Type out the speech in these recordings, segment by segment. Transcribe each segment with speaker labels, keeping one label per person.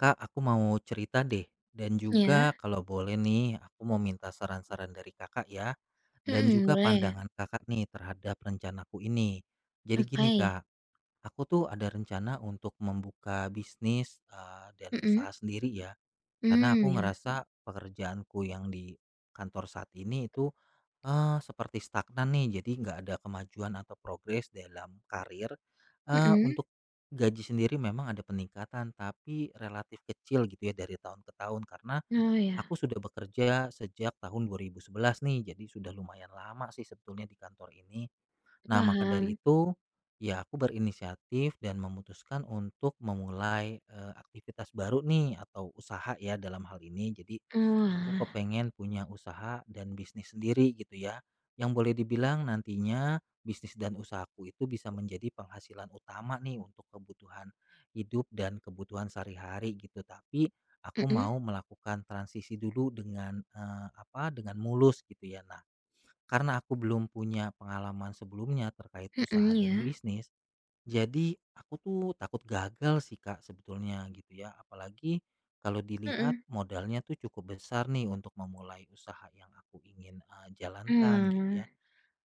Speaker 1: Kak, aku mau cerita deh dan juga
Speaker 2: Ya,
Speaker 1: kalau boleh nih aku mau minta saran-saran dari Kakak ya dan
Speaker 2: mhm,
Speaker 1: juga
Speaker 2: boleh ya?
Speaker 1: pandangan Kakak nih terhadap rencanaku ini. Jadi
Speaker 2: Oke,
Speaker 1: gini Kak, aku tuh ada rencana untuk membuka bisnis dan
Speaker 2: mhm,
Speaker 1: usaha sendiri ya. Karena
Speaker 2: mmm,
Speaker 1: aku
Speaker 2: ya,
Speaker 1: ngerasa pekerjaanku yang di kantor saat ini itu, seperti stagnan nih, jadi nggak ada kemajuan atau progres dalam karir. Eee,
Speaker 2: mhm,
Speaker 1: untuk gaji sendiri memang ada peningkatan, tapi relatif kecil gitu ya dari tahun ke tahun, karena
Speaker 2: oh ya,
Speaker 1: aku sudah bekerja sejak tahun 2011 nih, jadi sudah lumayan lama sih sebetulnya di kantor ini. Nah, maka dari
Speaker 2: paham,
Speaker 1: itu, ya aku berinisiatif dan memutuskan untuk memulai aktivitas baru nih atau usaha ya dalam hal ini. Jadi aku
Speaker 2: oalah,
Speaker 1: kepengen punya usaha dan bisnis sendiri gitu ya. Yang boleh dibilang nantinya bisnis dan usahaku itu bisa menjadi penghasilan utama nih untuk kebutuhan hidup dan kebutuhan sehari-hari gitu. Tapi aku
Speaker 2: mhm
Speaker 1: mau melakukan transisi dulu dengan apa? Dengan mulus gitu ya. Nah, karena aku belum punya pengalaman sebelumnya terkait usaha
Speaker 2: mhm,
Speaker 1: dan
Speaker 2: ya,
Speaker 1: bisnis, jadi aku tuh takut gagal sih Kak sebetulnya gitu ya. Apalagi kalau dilihat
Speaker 2: mhm,
Speaker 1: modalnya tuh cukup besar nih untuk memulai usaha yang aku ingin jalankan
Speaker 2: oh,
Speaker 1: gitu ya.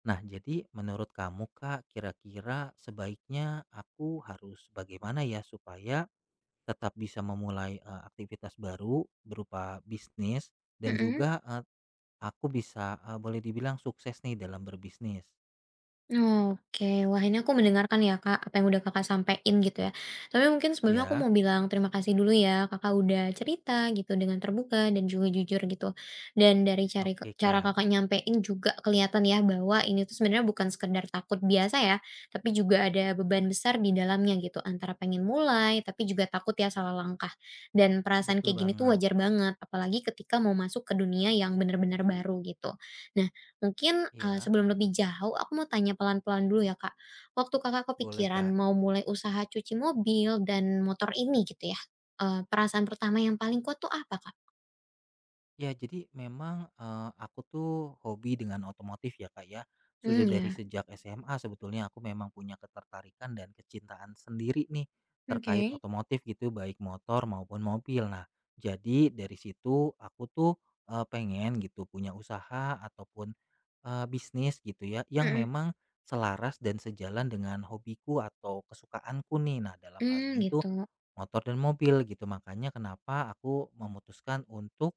Speaker 1: Nah, jadi menurut kamu Kak, kira-kira sebaiknya aku harus bagaimana ya supaya tetap bisa memulai aktivitas baru berupa bisnis dan
Speaker 2: mhm.
Speaker 1: juga eh, Aku bisa, boleh dibilang sukses nih dalam berbisnis.
Speaker 2: Oke, wah ini aku mendengarkan ya Kak, apa yang udah Kakak sampein gitu ya. Tapi mungkin sebelumnya aku mau
Speaker 1: Ya,
Speaker 2: bilang terima kasih dulu ya, Kakak udah cerita gitu dengan terbuka dan juga jujur gitu. Dan dari cari
Speaker 1: oke,
Speaker 2: cara
Speaker 1: Kak.
Speaker 2: Kakak nyampein juga kelihatan ya bahwa ini tuh sebenarnya bukan sekedar takut biasa ya, tapi juga ada beban besar di dalamnya gitu, antara pengen mulai tapi juga takut ya salah langkah. Dan perasaan
Speaker 1: Betul
Speaker 2: kayak gini tuh
Speaker 1: banget.
Speaker 2: wajar banget, apalagi ketika mau masuk ke dunia yang benar-benar baru gitu. Nah, mungkin,
Speaker 1: Ya,
Speaker 2: sebelum lebih jauh aku mau tanya pelan-pelan dulu ya, Kak. Waktu Kakak
Speaker 1: boleh,
Speaker 2: kepikiran
Speaker 1: Kak.
Speaker 2: mau mulai usaha cuci mobil dan motor ini gitu ya, perasaan pertama yang paling kuat tuh apa, Kak?
Speaker 1: Ya, jadi memang, aku tuh hobi dengan otomotif ya, Kak, ya. Sudah
Speaker 2: Hmm
Speaker 1: dari
Speaker 2: ya.
Speaker 1: sejak SMA sebetulnya aku memang punya ketertarikan dan kecintaan sendiri nih terkait
Speaker 2: Oke.
Speaker 1: otomotif gitu, baik motor maupun mobil. Nah, jadi dari situ aku tuh, pengen gitu punya usaha ataupun, bisnis gitu ya, yang
Speaker 2: Mhm.
Speaker 1: memang selaras dan sejalan dengan hobiku atau kesukaanku nih. Nah, dalam
Speaker 2: Mhm,
Speaker 1: hal
Speaker 2: mmm,
Speaker 1: ini tuh
Speaker 2: gitu.
Speaker 1: motor dan mobil gitu, makanya kenapa aku memutuskan untuk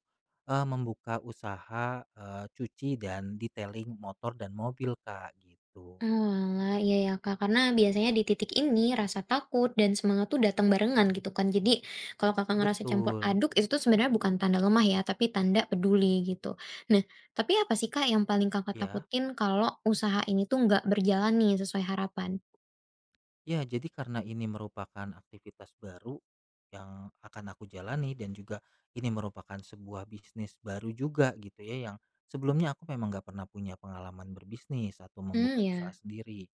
Speaker 1: Membuka usaha, cuci dan detailing motor dan mobil, Kak, gitu.
Speaker 2: Oalah, iya ya, Kak, karena biasanya di titik ini rasa takut dan semangat tuh datang barengan gitu kan. Jadi kalau Kakak ngerasa campur
Speaker 1: Betul,
Speaker 2: aduk itu tuh sebenarnya bukan tanda lemah ya, tapi tanda peduli gitu. Nah, tapi apa sih, Kak, yang paling Kakak
Speaker 1: ya.
Speaker 2: takutin kalau usaha ini tuh nggak berjalan nih sesuai harapan?
Speaker 1: Ya, jadi karena ini merupakan aktivitas baru yang akan aku jalani dan juga ini merupakan sebuah bisnis baru juga gitu ya yang sebelumnya aku memang nggak pernah punya pengalaman berbisnis atau
Speaker 2: Hmm,
Speaker 1: membuka usaha
Speaker 2: ya,
Speaker 1: sendiri.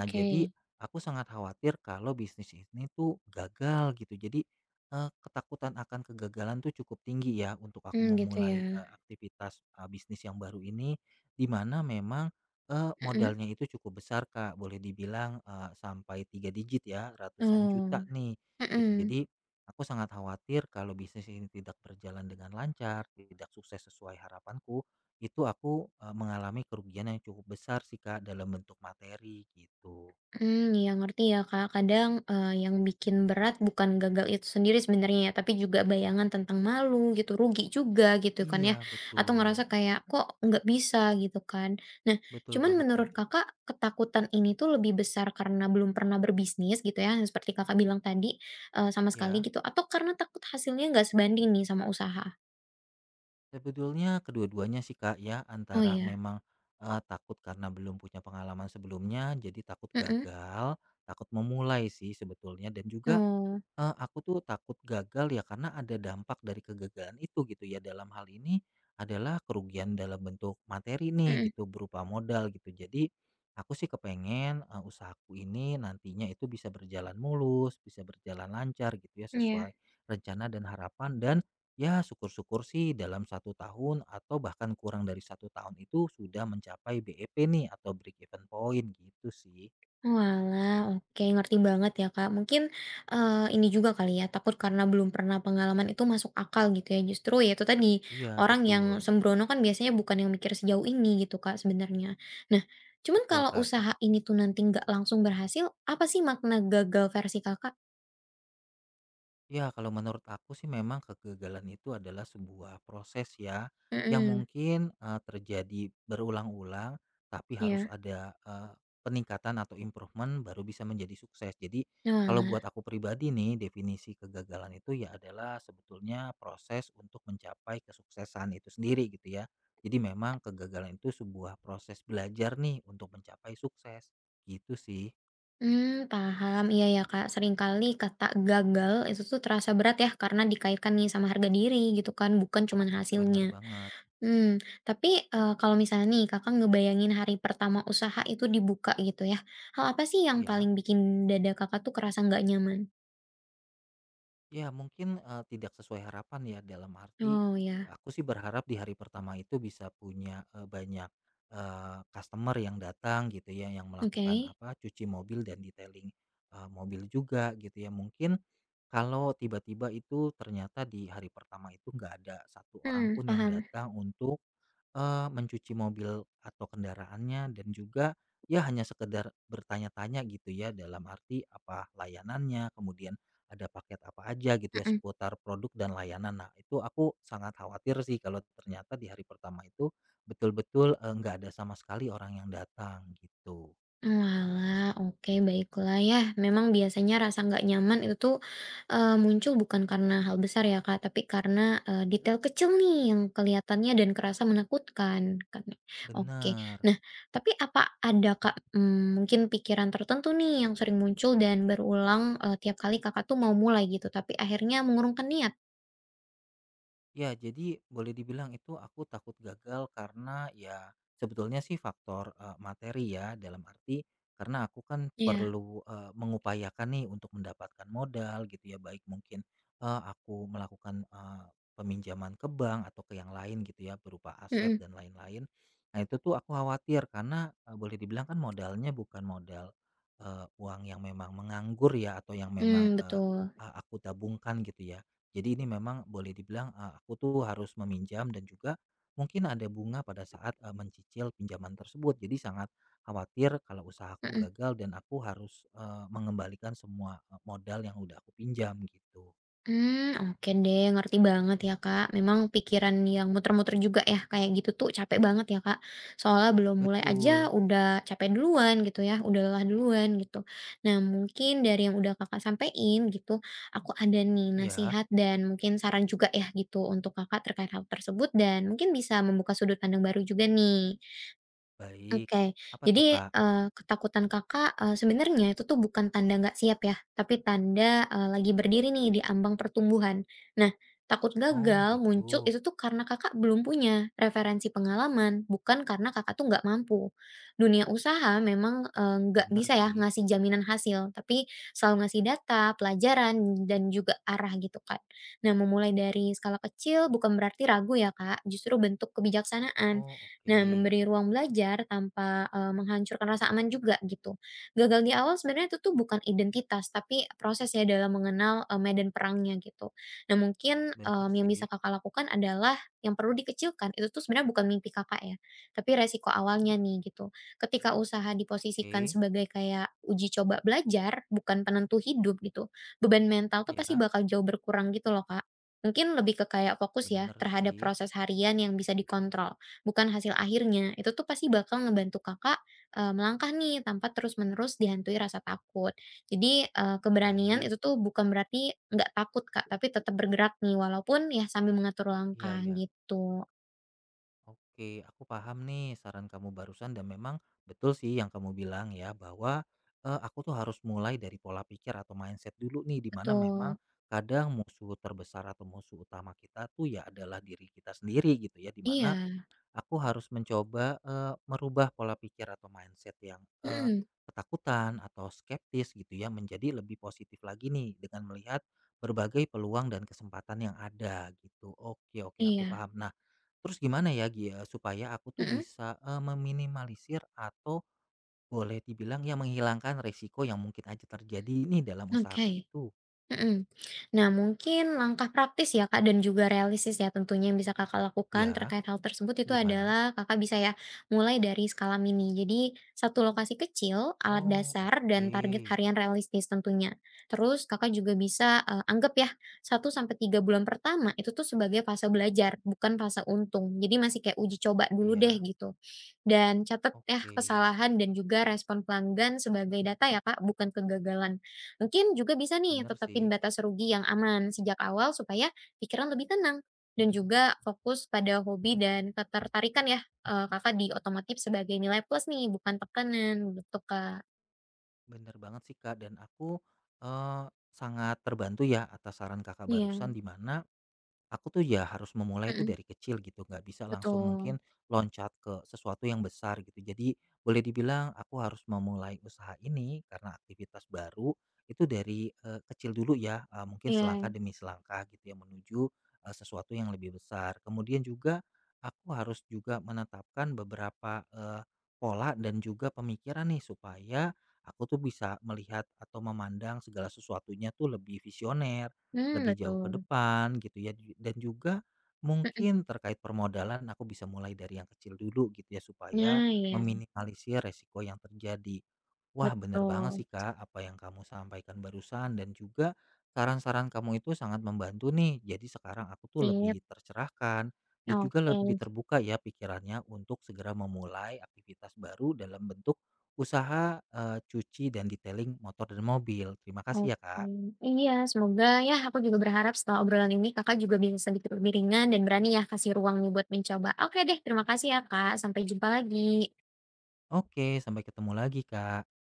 Speaker 1: Nah, jadi
Speaker 2: oke.
Speaker 1: aku sangat khawatir kalau bisnis ini tuh gagal gitu. Jadi ketakutan akan kegagalan tuh cukup tinggi ya untuk aku
Speaker 2: Hmm, gitu ya.
Speaker 1: memulai aktivitas bisnis yang baru ini di mana memang
Speaker 2: Mhm.
Speaker 1: modalnya itu cukup besar, Kak, boleh dibilang, sampai 3 digit ya, ratusan juta
Speaker 2: Oh,
Speaker 1: nih, gitu.
Speaker 2: mhm.
Speaker 1: Jadi aku sangat khawatir kalau bisnis ini tidak berjalan dengan lancar, tidak sukses sesuai harapanku, itu aku, mengalami kerugian yang cukup besar sih, Kak, dalam bentuk materi gitu.
Speaker 2: Hmm, ya ngerti ya Kak, kadang, yang bikin berat bukan gagal itu sendiri sebenarnya ya, tapi juga bayangan tentang malu gitu, rugi juga gitu kan ya,
Speaker 1: Iya,
Speaker 2: atau
Speaker 1: betul.
Speaker 2: ngerasa kayak, "Kok nggak bisa?" gitu kan. Nah,
Speaker 1: Betul
Speaker 2: cuman
Speaker 1: banget, Kak.
Speaker 2: menurut Kakak, ketakutan ini tuh lebih besar karena belum pernah berbisnis gitu ya, seperti Kakak bilang tadi, sama sekali
Speaker 1: Ya.
Speaker 2: gitu, atau karena takut hasilnya nggak sebanding nih sama usaha?
Speaker 1: Sebetulnya kedua-duanya sih Kak ya,
Speaker 2: Oh
Speaker 1: antara
Speaker 2: ya?
Speaker 1: memang, takut karena belum punya pengalaman sebelumnya, jadi takut
Speaker 2: Mhm.
Speaker 1: gagal, takut memulai sih sebetulnya dan juga
Speaker 2: Oh.
Speaker 1: Aku tuh takut gagal ya karena ada dampak dari kegagalan itu gitu ya, dalam hal ini adalah kerugian dalam bentuk materi nih
Speaker 2: Mhm,
Speaker 1: gitu, berupa modal gitu. Jadi aku sih kepengen, usahaku ini nantinya itu bisa berjalan mulus, bisa berjalan lancar gitu ya,
Speaker 2: iya.
Speaker 1: sesuai rencana dan harapan dan ya syukur-syukur sih dalam satu tahun atau bahkan kurang dari satu tahun itu sudah mencapai BEP nih atau break even point gitu sih.
Speaker 2: Oalah, oke, ngerti banget ya, Kak. Mungkin, ini juga kali ya, takut karena belum pernah pengalaman itu masuk akal gitu ya, justru ya itu tadi,
Speaker 1: Iya
Speaker 2: orang yang
Speaker 1: betul,
Speaker 2: sembrono kan biasanya bukan yang mikir sejauh ini gitu, Kak, sebenarnya. Nah, cuman
Speaker 1: betul
Speaker 2: kalau
Speaker 1: Kak.
Speaker 2: usaha ini tuh nanti nggak langsung berhasil, apa sih makna gagal versi Kakak?
Speaker 1: Ya, kalau menurut aku sih memang kegagalan itu adalah sebuah proses ya yang
Speaker 2: Mhm,
Speaker 1: mungkin terjadi berulang-ulang tapi harus
Speaker 2: ya,
Speaker 1: ada peningkatan atau improvement baru bisa menjadi sukses. Jadi kalau
Speaker 2: oalah,
Speaker 1: buat aku pribadi nih definisi kegagalan itu ya adalah sebetulnya proses untuk mencapai kesuksesan itu sendiri gitu ya. Jadi memang kegagalan itu sebuah proses belajar nih untuk mencapai sukses. Gitu sih,
Speaker 2: hmm, paham. Iya ya, Kak, seringkali kata gagal itu tuh terasa berat ya, karena dikaitkan nih sama harga diri gitu kan, bukan cuman
Speaker 1: bener
Speaker 2: hasilnya.
Speaker 1: banget.
Speaker 2: Hmm, tapi, kalau misalnya nih Kakak ngebayangin hari pertama usaha itu dibuka gitu ya, hal apa sih yang
Speaker 1: Iya.
Speaker 2: paling bikin dada Kakak tuh kerasa nggak nyaman?
Speaker 1: Ya mungkin, tidak sesuai harapan ya dalam arti,
Speaker 2: Oh ya,
Speaker 1: aku sih berharap di hari pertama itu bisa punya, banyak, customer yang datang gitu ya, yang
Speaker 2: oke.
Speaker 1: melakukan apa, cuci mobil dan detailing, mobil juga gitu ya. Mungkin kalau tiba-tiba itu ternyata di hari pertama itu nggak ada satu orang
Speaker 2: Mmm,
Speaker 1: pun yang
Speaker 2: paham,
Speaker 1: datang untuk mencuci mobil atau kendaraannya dan juga ya hanya sekedar bertanya-tanya gitu ya dalam arti apa layanannya, kemudian ada paket apa aja gitu ya
Speaker 2: mhm.
Speaker 1: seputar produk dan layanan. Nah itu aku sangat khawatir sih kalau ternyata di hari pertama itu betul-betul, nggak ada sama sekali orang yang datang gitu.
Speaker 2: Oalah, oke baiklah ya. Memang biasanya rasa nggak nyaman itu tuh, muncul bukan karena hal besar ya Kak, tapi karena, detail kecil nih yang kelihatannya dan kerasa menakutkan kan, ya? Oke.
Speaker 1: Bener.
Speaker 2: Nah, tapi apa ada Kak, mungkin pikiran tertentu nih yang sering muncul dan berulang, tiap kali Kakak tuh mau mulai gitu, tapi akhirnya mengurungkan niat?
Speaker 1: Ya, jadi boleh dibilang itu aku takut gagal karena ya sebetulnya sih faktor materi ya dalam arti karena aku kan
Speaker 2: Iya.
Speaker 1: perlu mengupayakan nih untuk mendapatkan modal gitu ya baik mungkin aku melakukan peminjaman ke bank atau ke yang lain gitu ya berupa aset
Speaker 2: Mhm.
Speaker 1: dan lain-lain. Nah, itu tuh aku khawatir karena boleh dibilang kan modalnya bukan modal uang yang memang menganggur ya atau yang memang
Speaker 2: Mmm, betul.
Speaker 1: aku tabungkan gitu ya jadi ini memang boleh dibilang, aku tuh harus meminjam dan juga mungkin ada bunga pada saat, mencicil pinjaman tersebut. Jadi sangat khawatir kalau usahaku
Speaker 2: Mhm.
Speaker 1: gagal dan aku harus, mengembalikan semua, modal yang udah aku pinjam gitu.
Speaker 2: Hmm, oke deh, ngerti banget ya, Kak. Memang pikiran yang muter-muter juga ya, kayak gitu tuh capek banget ya, Kak. Soalnya belum mulai aja
Speaker 1: Betul,
Speaker 2: udah capek duluan gitu ya, udah lelah duluan gitu. Nah, mungkin dari yang udah Kakak sampein gitu, aku ada nih
Speaker 1: iya,
Speaker 2: nasihat dan mungkin saran juga ya gitu untuk Kakak terkait hal tersebut dan mungkin bisa membuka sudut pandang baru juga nih.
Speaker 1: baik.
Speaker 2: Oke,
Speaker 1: Apa tuh,
Speaker 2: jadi,
Speaker 1: Kak?
Speaker 2: ketakutan Kakak, sebenarnya itu tuh bukan tanda nggak siap ya, tapi tanda, lagi berdiri nih di ambang pertumbuhan. Nah, takut
Speaker 1: Oh
Speaker 2: gagal
Speaker 1: gitu,
Speaker 2: muncul itu tuh karena Kakak belum punya referensi pengalaman, bukan karena Kakak tuh nggak mampu. Dunia usaha memang, nggak
Speaker 1: bener
Speaker 2: bisa ya
Speaker 1: sih.
Speaker 2: ngasih jaminan hasil, tapi selalu ngasih data, pelajaran, dan juga arah gitu kan. Nah, memulai dari skala kecil bukan berarti ragu ya Kak, justru bentuk kebijaksanaan.
Speaker 1: Oh oke,
Speaker 2: Nah, memberi ruang belajar tanpa, menghancurkan rasa aman juga gitu. Gagal di awal sebenarnya itu tuh bukan identitas, tapi proses ya dalam mengenal, medan perangnya gitu. Nah mungkin,
Speaker 1: bener
Speaker 2: yang
Speaker 1: sih,
Speaker 2: bisa Kakak lakukan adalah yang perlu dikecilkan, itu tuh sebenarnya bukan mimpi Kakak ya, tapi resiko awalnya nih gitu. Ketika usaha diposisikan
Speaker 1: oke,
Speaker 2: sebagai kayak uji coba belajar, bukan penentu hidup gitu, beban mental tuh pasti
Speaker 1: iya,
Speaker 2: bakal jauh berkurang gitu loh, Kak. Mungkin lebih ke kayak fokus ya
Speaker 1: bener
Speaker 2: terhadap
Speaker 1: sih,
Speaker 2: proses harian yang bisa dikontrol. Bukan hasil akhirnya, itu tuh pasti bakal ngebantu Kakak, melangkah nih tanpa terus-menerus dihantui rasa takut. Jadi, keberanian
Speaker 1: baik,
Speaker 2: itu tuh bukan berarti nggak takut, Kak, tapi tetap bergerak nih walaupun ya sambil mengatur
Speaker 1: iya
Speaker 2: langkah
Speaker 1: iya.
Speaker 2: gitu.
Speaker 1: Oke, aku paham nih saran kamu barusan dan memang betul sih yang kamu bilang ya bahwa aku tuh harus mulai dari pola pikir atau mindset dulu nih di mana memang
Speaker 2: Betul.
Speaker 1: kadang musuh terbesar atau musuh utama kita tuh ya adalah diri kita sendiri gitu ya di mana
Speaker 2: Iya.
Speaker 1: aku harus mencoba, merubah pola pikir atau mindset yang,
Speaker 2: Mhm.
Speaker 1: ketakutan atau skeptis gitu ya menjadi lebih positif lagi nih dengan melihat berbagai peluang dan kesempatan yang ada gitu. Oke oke aku
Speaker 2: Iya.
Speaker 1: paham. Nah, terus gimana ya gi supaya aku tuh
Speaker 2: Mhm.
Speaker 1: bisa, meminimalisir atau boleh dibilang ya menghilangkan resiko yang mungkin aja terjadi nih dalam usahaku
Speaker 2: Oke.
Speaker 1: itu?
Speaker 2: Mhm. Nah, mungkin langkah praktis ya, Kak, dan juga realistis ya tentunya yang bisa Kakak lakukan
Speaker 1: Ya
Speaker 2: terkait hal tersebut itu
Speaker 1: gimana?
Speaker 2: adalah Kakak bisa ya mulai dari skala mini. Jadi, satu lokasi kecil, alat
Speaker 1: Oh,
Speaker 2: dasar, dan target
Speaker 1: oke.
Speaker 2: harian realistis tentunya. Terus Kakak juga bisa anggap ya 1 sampai 3 bulan pertama itu tuh sebagai fase belajar, bukan fase untung. Jadi masih kayak uji coba dulu deh
Speaker 1: Iya,
Speaker 2: gitu. Dan catat ya
Speaker 1: oke.
Speaker 2: kesalahan dan juga respon pelanggan sebagai data ya Kak, bukan kegagalan. Mungkin juga bisa nih
Speaker 1: Bener
Speaker 2: tetapin
Speaker 1: sih.
Speaker 2: batas rugi yang aman sejak awal supaya pikiran lebih tenang dan juga fokus pada hobi dan ketertarikan ya Kakak di otomotif sebagai nilai plus nih, bukan tekanan gitu Kak.
Speaker 1: Bener banget sih Kak, dan aku, eee, sangat terbantu ya atas saran Kakak
Speaker 2: Iya.
Speaker 1: barusan di mana, aku tuh ya harus memulai itu
Speaker 2: Mhm,
Speaker 1: dari kecil gitu, nggak bisa langsung
Speaker 2: betul.
Speaker 1: mungkin loncat ke sesuatu yang besar gitu. Jadi boleh dibilang aku harus memulai usaha ini karena aktivitas baru itu dari kecil dulu ya, mungkin selangkah
Speaker 2: Iya.
Speaker 1: demi selangkah gitu ya menuju sesuatu yang lebih besar. Kemudian juga aku harus juga menetapkan beberapa pola dan juga pemikiran nih supaya aku tuh bisa melihat atau memandang segala sesuatunya tuh lebih visioner
Speaker 2: Hmm,
Speaker 1: lebih jauh ke
Speaker 2: betul.
Speaker 1: depan gitu ya dan juga
Speaker 2: Mhm.
Speaker 1: mungkin terkait permodalan aku bisa mulai dari yang kecil dulu gitu ya supaya
Speaker 2: Nah, iya,
Speaker 1: meminimalisir resiko yang terjadi. Wah bener banget
Speaker 2: betul.
Speaker 1: sih kak apa yang kamu sampaikan barusan dan juga saran-saran kamu itu sangat membantu nih. Jadi sekarang aku tuh
Speaker 2: Sip,
Speaker 1: lebih tercerahkan dan juga lebih
Speaker 2: oke.
Speaker 1: terbuka ya pikirannya untuk segera memulai aktivitas baru dalam bentuk usaha cuci dan detailing motor dan mobil. Terima
Speaker 2: Oke,
Speaker 1: kasih ya kak.
Speaker 2: iya semoga ya aku juga berharap setelah obrolan ini Kakak juga bisa sedikit lebih ringan dan berani ya kasih ruangnya buat mencoba. Oke deh terima kasih ya Kak, sampai jumpa lagi.
Speaker 1: Oke, sampai ketemu lagi, Kak.